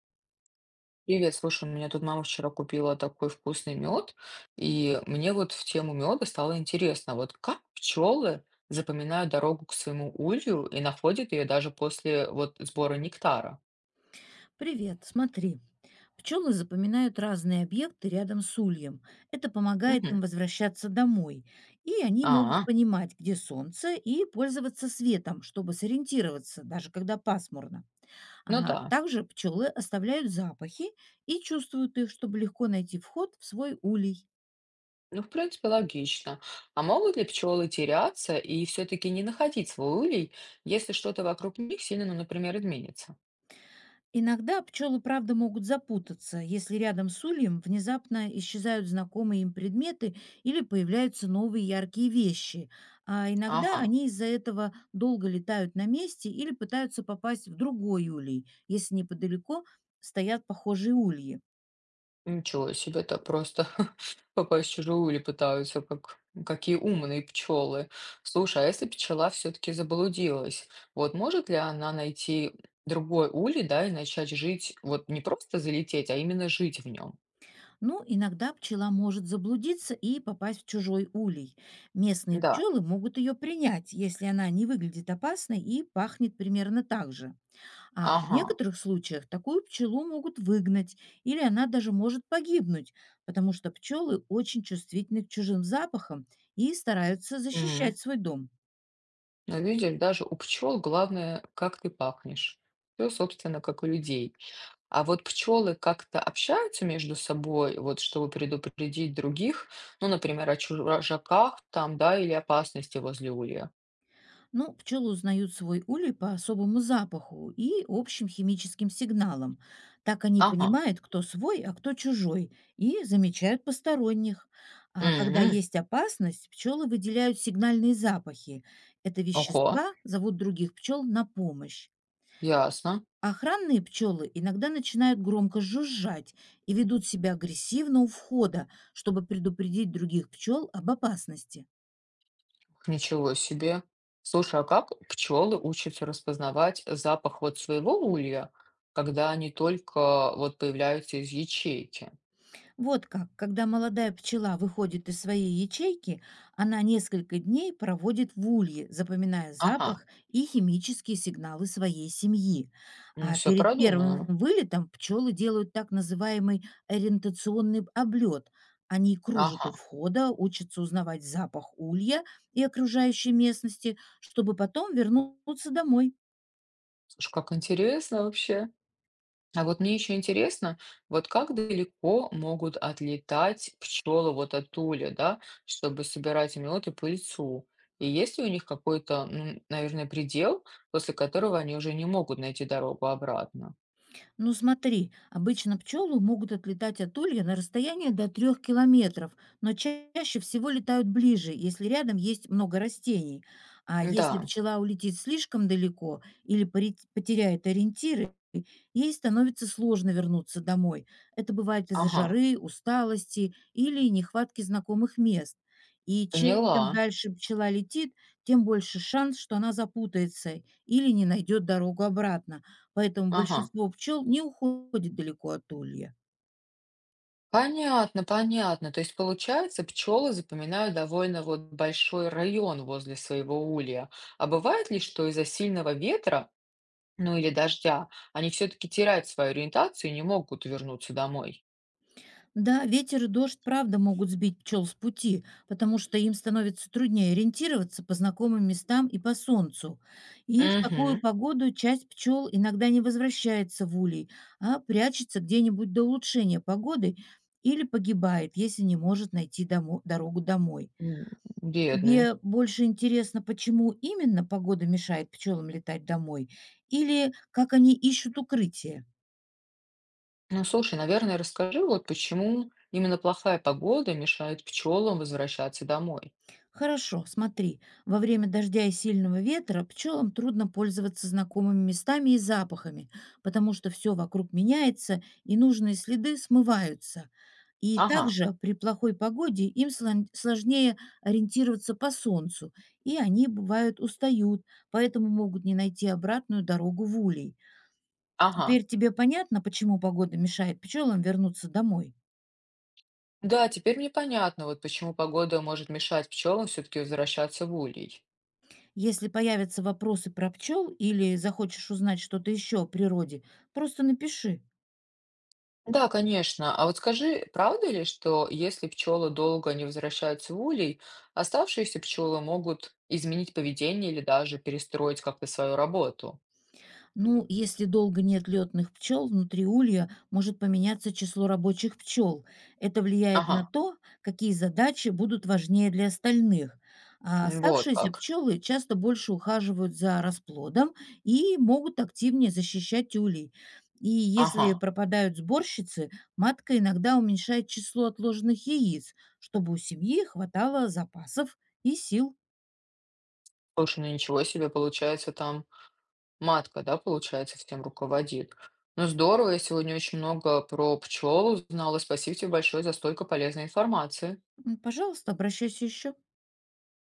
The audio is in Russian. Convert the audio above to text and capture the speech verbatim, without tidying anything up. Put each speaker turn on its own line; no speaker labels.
Привет, слушай, у меня тут мама вчера купила такой вкусный мед, и мне вот в тему меда стало интересно, вот как пчелы запоминают дорогу к своему улью и находят ее даже после вот сбора нектара?
Привет, смотри. Пчелы запоминают разные объекты рядом с ульем. Это помогает
Мгм.
им возвращаться домой. И они могут
А,
понимать, где солнце, и пользоваться светом, чтобы сориентироваться, даже когда пасмурно.
ну
А
да,
также пчелы оставляют запахи и чувствуют их, чтобы легко найти вход в свой улей.
ну в принципе логично. А могут ли пчелы теряться и все-таки не находить свой улей, если что-то вокруг них сильно, ну, например, изменится?
Иногда пчелы, правда, могут запутаться, если рядом с ульем внезапно исчезают знакомые им предметы или появляются новые яркие вещи. А иногда
Ага.
они из-за этого долго летают на месте или пытаются попасть в другой улей, если неподалеко стоят похожие ульи.
Ничего себе, это просто попасть в чужую или пытаются, как какие умные пчелы. Слушай, а если пчела все-таки заблудилась, вот может ли она найти другой улей, да, и начать жить, вот не просто залететь, а именно жить в нем?
Ну, иногда пчела может заблудиться и попасть в чужой улей. Местные
Да.
пчелы могут ее принять, если она не выглядит опасной и пахнет примерно так же. А в
Ага.
некоторых случаях такую пчелу могут выгнать, или она даже может погибнуть, потому что пчелы очень чувствительны к чужим запахам и стараются защищать свой дом.
Но видишь, даже у пчел главное, как ты пахнешь. Все, собственно, как у людей. А вот пчелы как-то общаются между собой, вот чтобы предупредить других, ну, например, о чужаках там, да, или опасности возле улья.
Но пчелы узнают свой улей по особому запаху и общим химическим сигналам. Так они
Ага.
понимают, кто свой, а кто чужой, и замечают посторонних. А когда
Мгм.
есть опасность, пчелы выделяют сигнальные запахи. Это
Ого,
вещества зовут других пчел на помощь.
ясно.
Охранные пчелы иногда начинают громко жужжать и ведут себя агрессивно у входа, чтобы предупредить других пчел об опасности.
Ничего себе. Слушай, а как пчелы учатся распознавать запах вот своего улья, когда они только вот появляются из ячейки?
Вот как, когда молодая пчела выходит из своей ячейки, она несколько дней проводит в улье, запоминая
Ага,
запах и химические сигналы своей семьи.
ну
А
все
перед
продумано.
первым вылетом пчелы делают так называемый ориентационный облет. Они кружат
Ага.
у входа, учатся узнавать запах улья и окружающей местности, чтобы потом вернуться домой.
Слушай, как интересно вообще. А вот мне еще интересно, вот как далеко могут отлетать пчелы вот от уля, да, чтобы собирать мед и пыльцу? И есть ли у них какой-то, ну, наверное, предел, после которого они уже не могут найти дорогу обратно?
Ну смотри, обычно пчелы могут отлетать от улья на расстояние до трех километров, но ча- чаще всего летают ближе, если рядом есть много растений. А если
Да,
пчела улетит слишком далеко или поре- потеряет ориентиры, ей становится сложно вернуться домой. Это бывает из-за
ага,
жары, усталости или нехватки знакомых мест. И чем
поняла.
дальше пчела летит, тем больше шанс, что она запутается или не найдет дорогу обратно. Поэтому
Ага.
большинство пчел не уходит далеко от улья.
Понятно, понятно. То есть, получается, пчелы запоминают довольно вот большой район возле своего улья. А бывает ли, что из-за сильного ветра, ну или дождя, они все-таки теряют свою ориентацию и не могут вернуться домой?
Да, ветер и дождь, правда, могут сбить пчел с пути, потому что им становится труднее ориентироваться по знакомым местам и по солнцу. И в такую
Мгм.
погоду часть пчел иногда не возвращается в улей, а прячется где-нибудь до улучшения погоды или погибает, если не может найти домо- дорогу домой.
М, бедные.
Тебе больше интересно, почему именно погода мешает пчелам летать домой, или как они ищут укрытие?
Ну, слушай, наверное, расскажи, вот почему именно плохая погода мешает пчелам возвращаться домой.
Хорошо, смотри, во время дождя и сильного ветра пчелам трудно пользоваться знакомыми местами и запахами, потому что все вокруг меняется и нужные следы смываются. И
Ага,
также при плохой погоде им слон- сложнее ориентироваться по солнцу, и они, бывают, устают, поэтому могут не найти обратную дорогу в улей.
ага.
Теперь тебе понятно, почему погода мешает пчелам вернуться домой?
Да, теперь мне понятно, вот почему погода может мешать пчелам все-таки возвращаться в улей.
Если появятся вопросы про пчел или захочешь узнать что-то еще о природе, просто напиши.
Да, конечно. А вот скажи, правда ли, что если пчелы долго не возвращаются в улей, оставшиеся пчелы могут изменить поведение или даже перестроить как-то свою работу?
Ну, если долго нет летных пчел, внутри улья может поменяться число рабочих пчел. Это влияет
Ага,
на то, какие задачи будут важнее для остальных. А
м, вот
оставшиеся
как.
пчелы часто больше ухаживают за расплодом и могут активнее защищать улей. И
Ага.
если пропадают сборщицы, матка иногда уменьшает число отложенных яиц, чтобы у семьи хватало запасов и сил.
Слушай, ну ничего себе, получается, там матка, да, получается, всем руководит. Ну здорово, я сегодня очень много про пчел узнала. Спасибо тебе большое за столько полезной информации.
М, пожалуйста, обращайся еще.